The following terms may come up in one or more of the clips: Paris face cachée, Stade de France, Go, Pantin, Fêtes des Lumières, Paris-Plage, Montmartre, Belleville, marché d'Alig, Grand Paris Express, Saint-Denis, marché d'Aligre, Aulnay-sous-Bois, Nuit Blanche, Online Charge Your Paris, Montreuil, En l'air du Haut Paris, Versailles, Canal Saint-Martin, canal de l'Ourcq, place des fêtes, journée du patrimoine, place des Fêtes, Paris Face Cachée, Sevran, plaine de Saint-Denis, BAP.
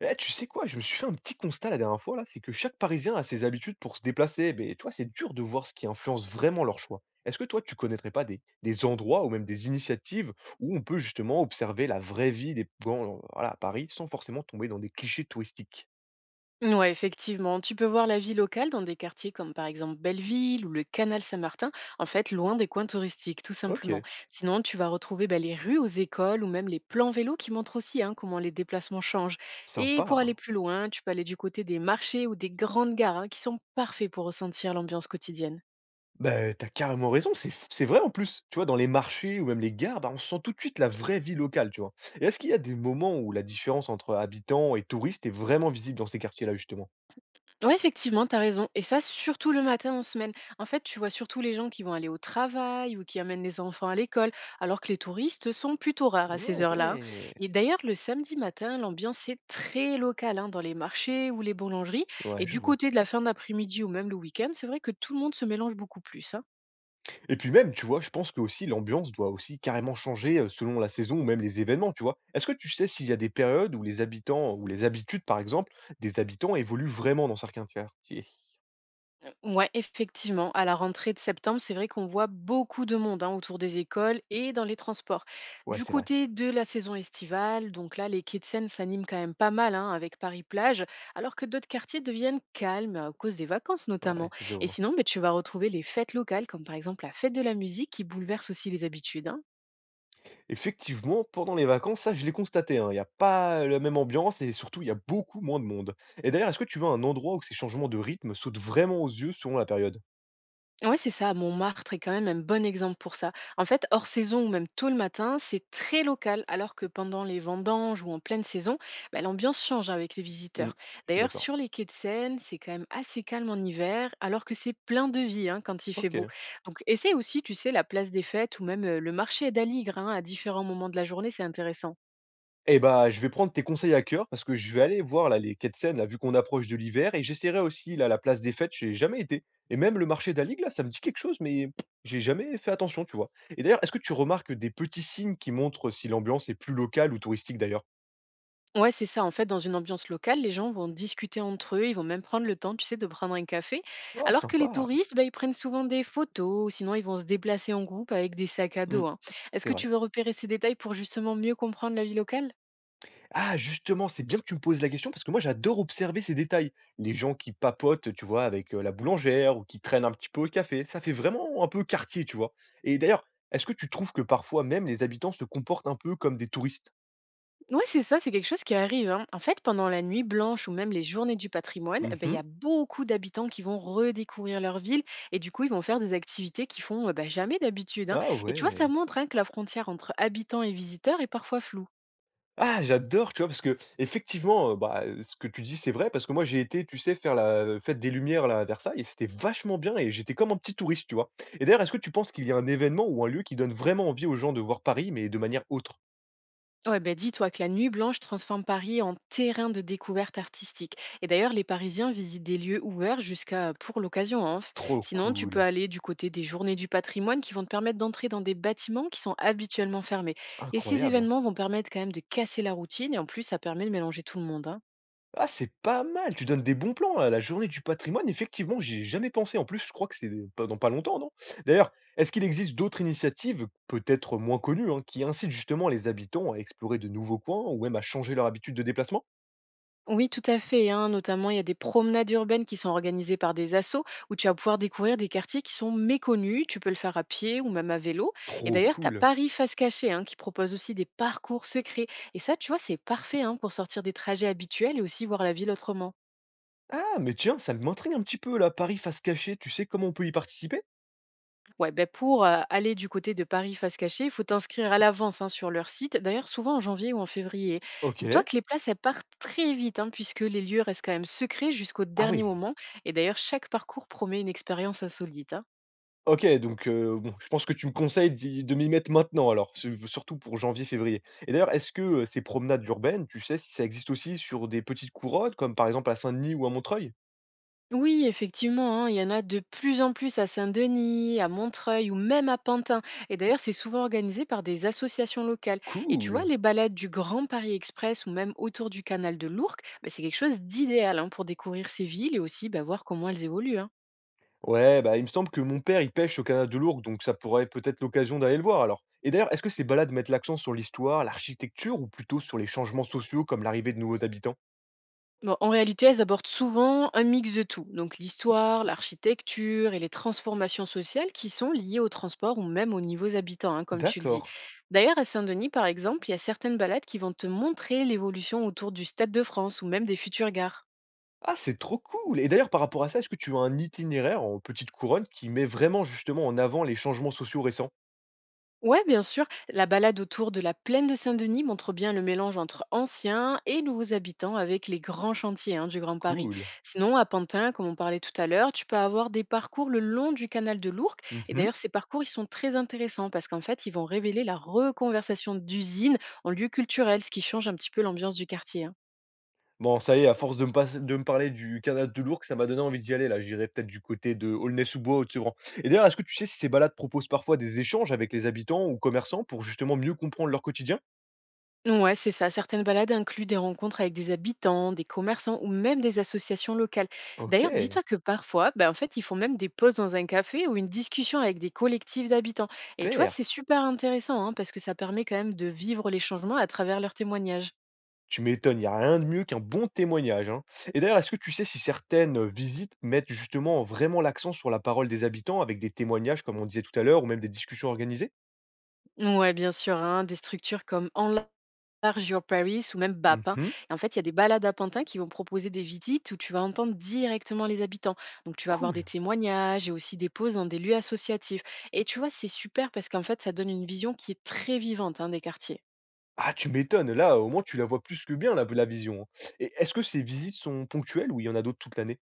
Eh, tu sais quoi? Je me suis fait un petit constat la dernière fois là, c'est que chaque Parisien a ses habitudes pour se déplacer, mais toi, c'est dur de voir ce qui influence vraiment leur choix. Est-ce que toi, tu connaîtrais pas des endroits ou même des initiatives où on peut justement observer la vraie vie des gens voilà, à Paris sans forcément tomber dans des clichés touristiques? Ouais, effectivement. Tu peux voir la vie locale dans des quartiers comme par exemple Belleville ou le Canal Saint-Martin, en fait, loin des coins touristiques, tout Ok, simplement. Sinon, tu vas retrouver les rues aux écoles ou même les plans vélos qui montrent aussi hein, comment les déplacements changent. Et pour aller sympa. plus loin, tu peux aller du côté des marchés ou des grandes gares hein, qui sont parfaits pour ressentir l'ambiance quotidienne. Bah, t'as carrément raison, c'est vrai en plus. Tu vois, dans les marchés ou même les gares, bah, on sent tout de suite la vraie vie locale, tu vois. Et est-ce qu'il y a des moments où la différence entre habitants et touristes est vraiment visible dans ces quartiers-là, justement? Ouais, effectivement, t'as raison. Et ça, surtout le matin en semaine. En fait, tu vois surtout les gens qui vont aller au travail ou qui amènent les enfants à l'école, alors que les touristes sont plutôt rares Ah à ces heures-là, hein. ouais. Et d'ailleurs, le samedi matin, l'ambiance est très locale hein, dans les marchés ou les boulangeries. Ouais, Et je du vois. côté de la fin d'après-midi ou même le week-end, c'est vrai que tout le monde se mélange beaucoup plus, hein. Et puis même, tu vois, je pense que aussi l'ambiance doit aussi carrément changer selon la saison ou même les événements, tu vois. Est-ce que tu sais s'il y a des périodes où les habitants ou les habitudes, par exemple, des habitants évoluent vraiment dans certains quartiers? Ouais, effectivement, à la rentrée de septembre, c'est vrai qu'on voit beaucoup de monde, hein, autour des écoles et dans les transports. Ouais, Du c'est vrai. côté de la saison estivale, donc là, les quais de Seine s'animent quand même pas mal, hein, avec Paris-Plage, alors que d'autres quartiers deviennent calmes à cause des vacances Ouais, notamment. je Et vois. sinon, beh, tu vas retrouver les fêtes locales, comme par exemple la fête de la musique, qui bouleverse aussi les habitudes, hein. Effectivement, pendant les vacances, ça, je l'ai constaté, hein, il n'y a pas la même ambiance et surtout, il y a beaucoup moins de monde. Et d'ailleurs, est-ce que tu vois un endroit où ces changements de rythme sautent vraiment aux yeux selon la période? Ouais, c'est ça, Montmartre est quand même un bon exemple pour ça. En fait, hors saison ou même tôt le matin, c'est très local, alors que pendant les vendanges ou en pleine saison, bah, l'ambiance change avec les Hmm, visiteurs. je suis D'ailleurs, d'accord. sur les quais de Seine, c'est quand même assez calme en hiver, alors que c'est plein de vie hein, quand il fait Ok. beau. Donc, essaie aussi, tu sais, la place des fêtes ou même le marché d'Aligre hein, à différents moments de la journée, c'est intéressant. Eh bah, je vais prendre tes conseils à cœur parce que je vais aller voir là les quais de là, vu qu'on approche de l'hiver et j'essaierai aussi là la place des Fêtes, j'ai jamais été et même le marché d'Alig là, ça me dit quelque chose mais pff, j'ai jamais fait attention, tu vois? Et d'ailleurs, est-ce que tu remarques des petits signes qui montrent si l'ambiance est plus locale ou touristique d'ailleurs? Ouais, c'est ça. En fait, dans une ambiance locale, les gens vont discuter entre eux, ils vont même prendre le temps, tu sais, de prendre un café. Ah Alors que les sympa! touristes, bah, ils prennent souvent des photos, ou sinon ils vont se déplacer en groupe avec des sacs à Mmh, dos, hein. Est-ce c'est que vrai. tu veux repérer ces détails pour justement mieux comprendre la vie locale? Ah justement, c'est bien que tu me poses la question parce que moi j'adore observer ces détails. Les gens qui papotent, tu vois, avec la boulangère ou qui traînent un petit peu au café, ça fait vraiment un peu quartier, tu vois. Et d'ailleurs, est-ce que tu trouves que parfois même les habitants se comportent un peu comme des touristes. Ouais, c'est ça, c'est quelque chose qui arrive, hein. En fait, pendant la nuit blanche ou même les journées du patrimoine, eh ben, il y Mhm. a beaucoup d'habitants qui vont redécouvrir leur ville et du coup, ils vont faire des activités qu'ils font bah, jamais d'habitude, hein. Ah Et tu vois, ça ouais. montre hein, que la frontière entre habitants et visiteurs est parfois floue. Ah, j'adore, tu vois, parce que effectivement, ce que tu dis, c'est vrai, parce que moi j'ai été, tu sais, faire la fête des Lumières là, à Versailles, et c'était vachement bien, et j'étais comme un petit touriste, tu vois. Et d'ailleurs, est-ce que tu penses qu'il y a un événement ou un lieu qui donne vraiment envie aux gens de voir Paris, mais de manière autre. Ouais, ben dis-toi que la Nuit Blanche transforme Paris en terrain de découverte artistique. Et d'ailleurs, les Parisiens visitent des lieux ouverts jusqu'à pour l'occasion, hein. Trop Sinon, tu peux cool, aller du côté des journées du patrimoine qui vont te permettre d'entrer dans des bâtiments qui sont habituellement fermés. Et ces incroyable. Hein. événements vont permettre quand même de casser la routine et en plus, ça permet de mélanger tout le monde, hein. Ah, c'est pas mal, tu donnes des bons plans, à la journée du patrimoine, effectivement, j'y ai jamais pensé. En plus, je crois que c'est pas dans pas longtemps, non? D'ailleurs, est-ce qu'il existe d'autres initiatives, peut-être moins connues, hein, qui incitent justement les habitants à explorer de nouveaux coins ou même à changer leur habitude de déplacement? Oui, tout à fait, hein. Notamment, il y a des promenades urbaines qui sont organisées par des assos où tu vas pouvoir découvrir des quartiers qui sont méconnus. Tu peux le faire à pied ou même à vélo. Et Trop d'ailleurs, tu as cool. Paris Face Cachée hein, qui propose aussi des parcours secrets. Et ça, tu vois, c'est parfait hein, pour sortir des trajets habituels et aussi voir la ville autrement. Ah, mais tiens, ça m'intrigue un petit peu là, Paris face cachée, tu sais comment on peut y participer? Ouais, ben pour aller du côté de Paris face cachée, il faut t'inscrire à l'avance hein, sur leur site, d'ailleurs souvent en janvier ou en février. Dis-toi OK. que les places, elles partent très vite, hein, puisque les lieux restent quand même secrets jusqu'au Ah dernier oui. moment, et d'ailleurs chaque parcours promet une expérience insolite, hein. OK, donc bon, je pense que tu me conseilles d'y de m'y mettre maintenant alors, su surtout pour janvier-février et d'ailleurs, est-ce que, ces promenades urbaines, tu sais si ça existe aussi sur des petites couronnes comme par exemple à Saint-Denis ou à Montreuil? Oui, effectivement, hein, il y en a de plus en plus à Saint-Denis, à Montreuil ou même à Pantin. Et d'ailleurs, c'est souvent organisé par des associations locales. Et tu vois, Cool! les balades du Grand Paris Express ou même autour du canal de l'Ourcq, bah, c'est quelque chose d'idéal hein, pour découvrir ces villes et aussi bah, voir comment elles évoluent, hein. Ouais, bah, il me semble que mon père, il pêche au canal de l'Ourcq, donc ça pourrait peut-être l'occasion d'aller le voir alors et d'ailleurs, est-ce que ces balades mettent l'accent sur l'histoire, l'architecture ou plutôt sur les changements sociaux comme l'arrivée de nouveaux habitants? Bon, en réalité, elles abordent souvent un mix de tout, donc l'histoire, l'architecture et les transformations sociales qui sont liées au transport ou même aux niveaux habitants, hein, comme tu le dis. D'accord. D'ailleurs, à Saint-Denis, par exemple, il y a certaines balades qui vont te montrer l'évolution autour du Stade de France ou même des futures gares. Ah, c'est trop cool et d'ailleurs par rapport à ça, est-ce que tu as un itinéraire en petite couronne qui met vraiment justement en avant les changements sociaux récents? Ouais, bien sûr. La balade autour de la plaine de Saint-Denis montre bien le mélange entre anciens et nouveaux habitants avec les grands chantiers hein, du Grand Paris. Cool. Sinon, à Pantin, comme on parlait tout à l'heure, tu peux avoir des parcours le long du canal de l'Ourcq. Et Mmh. d'ailleurs, ces parcours, ils sont très intéressants parce qu'en fait, ils vont révéler la reconversion d'usines en lieu culturel, ce qui change un petit peu l'ambiance du quartier, hein. Bon, ça y est, à force de me pass de me parler du canal de l'Ourcq, ça m'a donné envie d'y aller là. J'irai peut-être du côté de Aulnay-sous-Bois, ou de sevran. Et d'ailleurs, est-ce que tu sais si ces balades proposent parfois des échanges avec les habitants ou commerçants pour justement mieux comprendre leur quotidien? Ouais, c'est ça. Certaines balades incluent des rencontres avec des habitants, des commerçants ou même des associations locales. D'ailleurs, OK, dis-toi que parfois, ben, en fait, ils font même des pauses dans un café ou une discussion avec des collectifs d'habitants. Et tu vois, super. c'est super intéressant hein, parce que ça permet quand même de vivre les changements à travers leurs témoignages. Tu m'étonnes, il n'y a rien de mieux qu'un bon témoignage, hein. Et d'ailleurs, est-ce que tu sais si certaines, visites mettent justement vraiment l'accent sur la parole des habitants avec des témoignages, comme on disait tout à l'heure, ou même des discussions organisées? Ouais, bien sûr, hein, des structures comme Online Charge Your Paris ou même BAP, hein. Mmh. Et en fait, il y a des balades à Pantin qui vont proposer des visites où tu vas entendre directement les habitants. Donc, tu vas avoir des Cool. témoignages et aussi des pauses dans des lieux associatifs. Et tu vois, c'est super parce qu'en fait, ça donne une vision qui est très vivante hein, des quartiers. Ah, tu m'étonnes, là, au moins, tu la vois plus que bien la vision, hein. Et est-ce que ces visites sont ponctuelles ou il y en a d'autres toute l'année?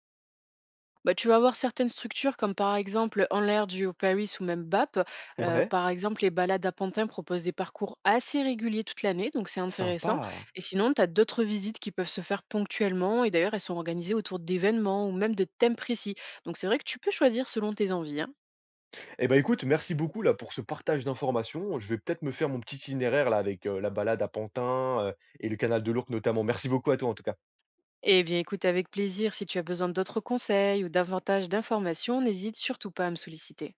Bah, tu vas avoir certaines structures comme par exemple En l'air du Haut Paris ou même BAP. Ouais, Par exemple, les balades à Pantin proposent des parcours assez réguliers toute l'année, donc c'est intéressant. sympa. Et sinon, tu as d'autres visites qui peuvent se faire ponctuellement et d'ailleurs, elles sont organisées autour d'événements ou même de thèmes précis. Donc c'est vrai que tu peux choisir selon tes envies, hein. Eh ben écoute, merci beaucoup là pour ce partage d'informations. Je vais peut-être me faire mon petit itinéraire là avec, la balade à Pantin, et le canal de l'Ourcq notamment. Merci beaucoup à toi en tout cas. Eh bien, écoute avec plaisir, si tu as besoin d'autres conseils ou davantage d'informations, n'hésite surtout pas à me solliciter.